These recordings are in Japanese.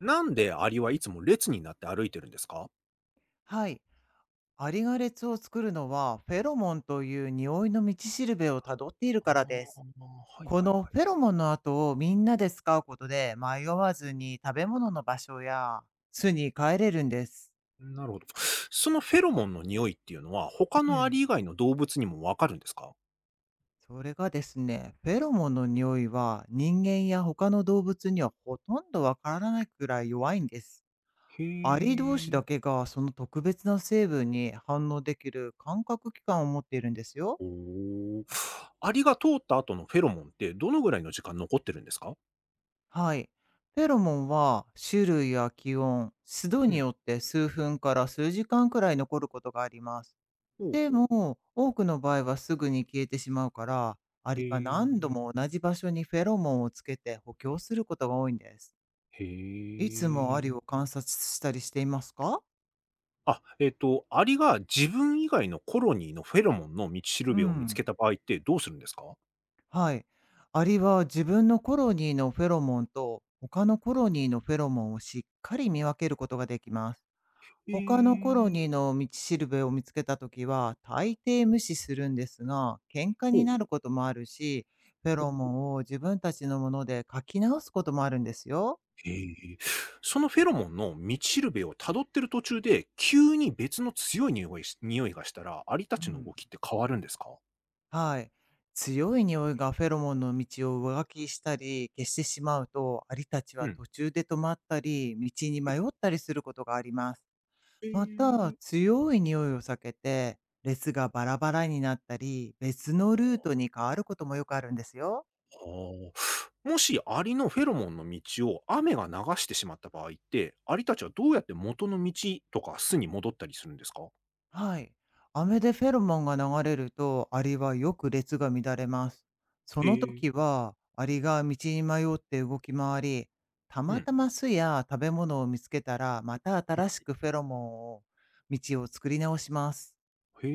なんでアリはいつも列になって歩いてるんですか？はい。アリが列を作るのは、フェロモンという匂いの道しるべをたどっているああ、からです。はいこはいのはい。フェロモンの跡をみんなで使うことで、迷わずに食べ物の場所や巣に帰れるんです。なるほど。そのフェロモンの匂いっていうのは、他えのアえ。リ以外の動物にもわかるんですか？それがですね、フェロモンの匂いは人間や他の動物にはほとんどわからないくらい弱いんです。へアリ同士え。だけがその特別な成分に反応できる感覚器官を持っているんですよ。ほう。アリが通った後のフェロモンってどのぐらいの時間残ってるんですか？はい。フェロモンは種類や気温、湿度うにん。よって数分から数時間くらい残ることがあります。ほうでほう。も、多くの場合はすぐに消えてしまうから、アへリは何度え。も同じ場所にフェロモンをつけて補強することが多いんです。へいつもアリえ。を観察したりしていますか？あ、アリが自分以外のコロニーのフェロモンの道しるうべを見つけたん。場合ってどうするんですか？はい。アリは自分のコロニーのフェロモンと他のコロニーのフェロモンをしっかり見分けることができます。へ他のコロニえ。ーの道しるべを見つけたときは、大抵無視するんですが、喧嘩ほにう。なることもあるし、フェロモンを自分たちのもので書き直すこともあるんですよ。へえ。そのフェロモンの道しるべを辿ってる途中で、急に別の強い匂いがしたら、アリたうちのん、動きって変わるんですか？はい。強い匂いがフェロモンの道を上書きしたり消してしまうと、アリたちはうん。途中で止まったり、道にえ、迷ったりすることがあります。また、え。強い匂いを避けて、列がバラバラになったり、別のルートに変わることもよくあるんですよ。ああ。もしアリのフェロモンの道を雨が流してしまった場合って、アリたちはどうやって元の道とか巣に戻ったりするんですか？はい。雨でフェロモンが流れると、アリはよく列が乱れます。そへのえ。時は、アリが道に迷って動き回り、たうん、まうたま巣や食べ物を見つけたら、また新しん。くフェロモンを、道を作り直します。へ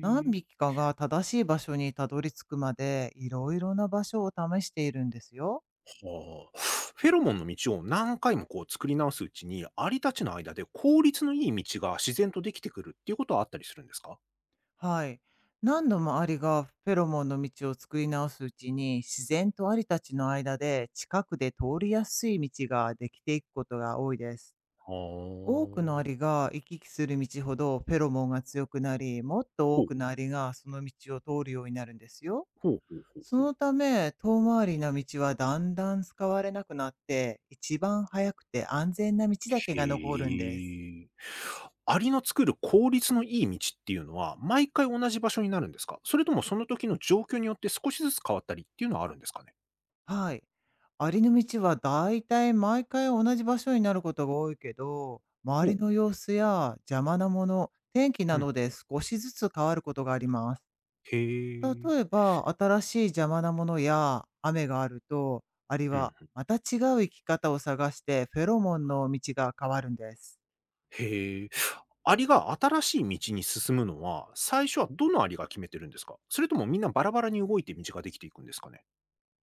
何え。匹かが正しい場所にたどり着くまで、いろいろな場所を試しているんですよ。ああ。フェロモンの道を何回もこう作り直すうちに、アリたちの間で効率のいい道が自然とできてくるっていうことはあったりするんですか？はい。何度もアリがフェロモンの道を作り直すうちに、自然とアリたちの間で近くで通りやすい道ができていくことが多いです。あ多くのアあ。リが行き来する道ほどフェロモンが強くなり、もっとほ多う。くのアリがその道を通るようになるんですよ。ほうほうほうそほう。のため、遠回りな道はだんだん使われなくなって、一番早くて安全な道だけが残るんです。へえ。アリの作る効率のいい道っていうのは、毎回同じ場所になるんですか？それともその時の状況によって少しずつ変わったりっていうのはあるんですかね？はい。ありの道はだいたい毎回同じ場所になることが多いけど、周ほりう。の様子や邪魔なもの、天気なうん。どで少しずつ変わることがあります。へえ。例えば、新しい邪魔なものや雨があると、アリうはん、また違う生き方を探してフェロモンの道が変わるんです。へえ。アリが新しい道に進むのは、最初はどのアリが決めてるんですか？それともみんなバラバラに動いて道ができていくんですかね？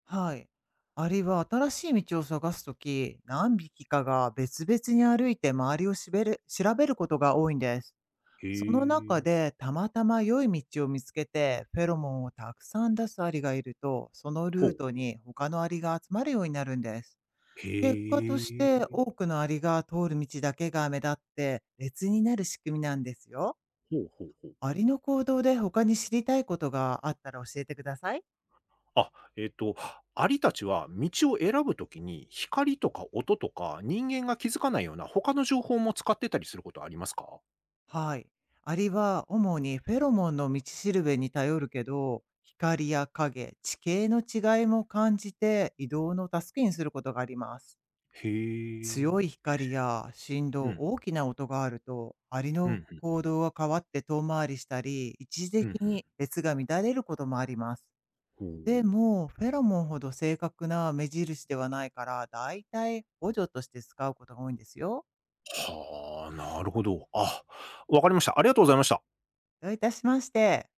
はい。アリは新しい道を探すとき、何匹かが別々に歩いて周りをしべる調べることが多いんです。へその中え、でたまたま良い道を見つけて、フェロモンをたくさん出すアリがいると、そのほルーう。トに他のアリが集まるようになるんです。へ結果としてえ、多くのアリが通る道だけが目立って列になる仕組みなんですよ。ほうほうほう。アリの行動で他に知りたいことがあったら教えてください。あ、アリたちは道を選ぶときに、光とか音とか、人間が気づかないような他の情報も使ってたりすることはありますか？はい。アリは主にフェロモンの道しるべに頼るけど、光や影、地形の違いも感じて移動の助けにすることがあります。へ強え、い光や振う動、ん、大きな音があると、アリうのん、行動が変わって遠回りしたり、一時うん、う的ん、うん。に列が乱れることもあります。ほう。でも、フェロモンほど正確な目印ではないから、だいたい補助として使うことが多いんですよ。はあ、なるほど。あ、わかりました。ありがとうございました。どういたしまして。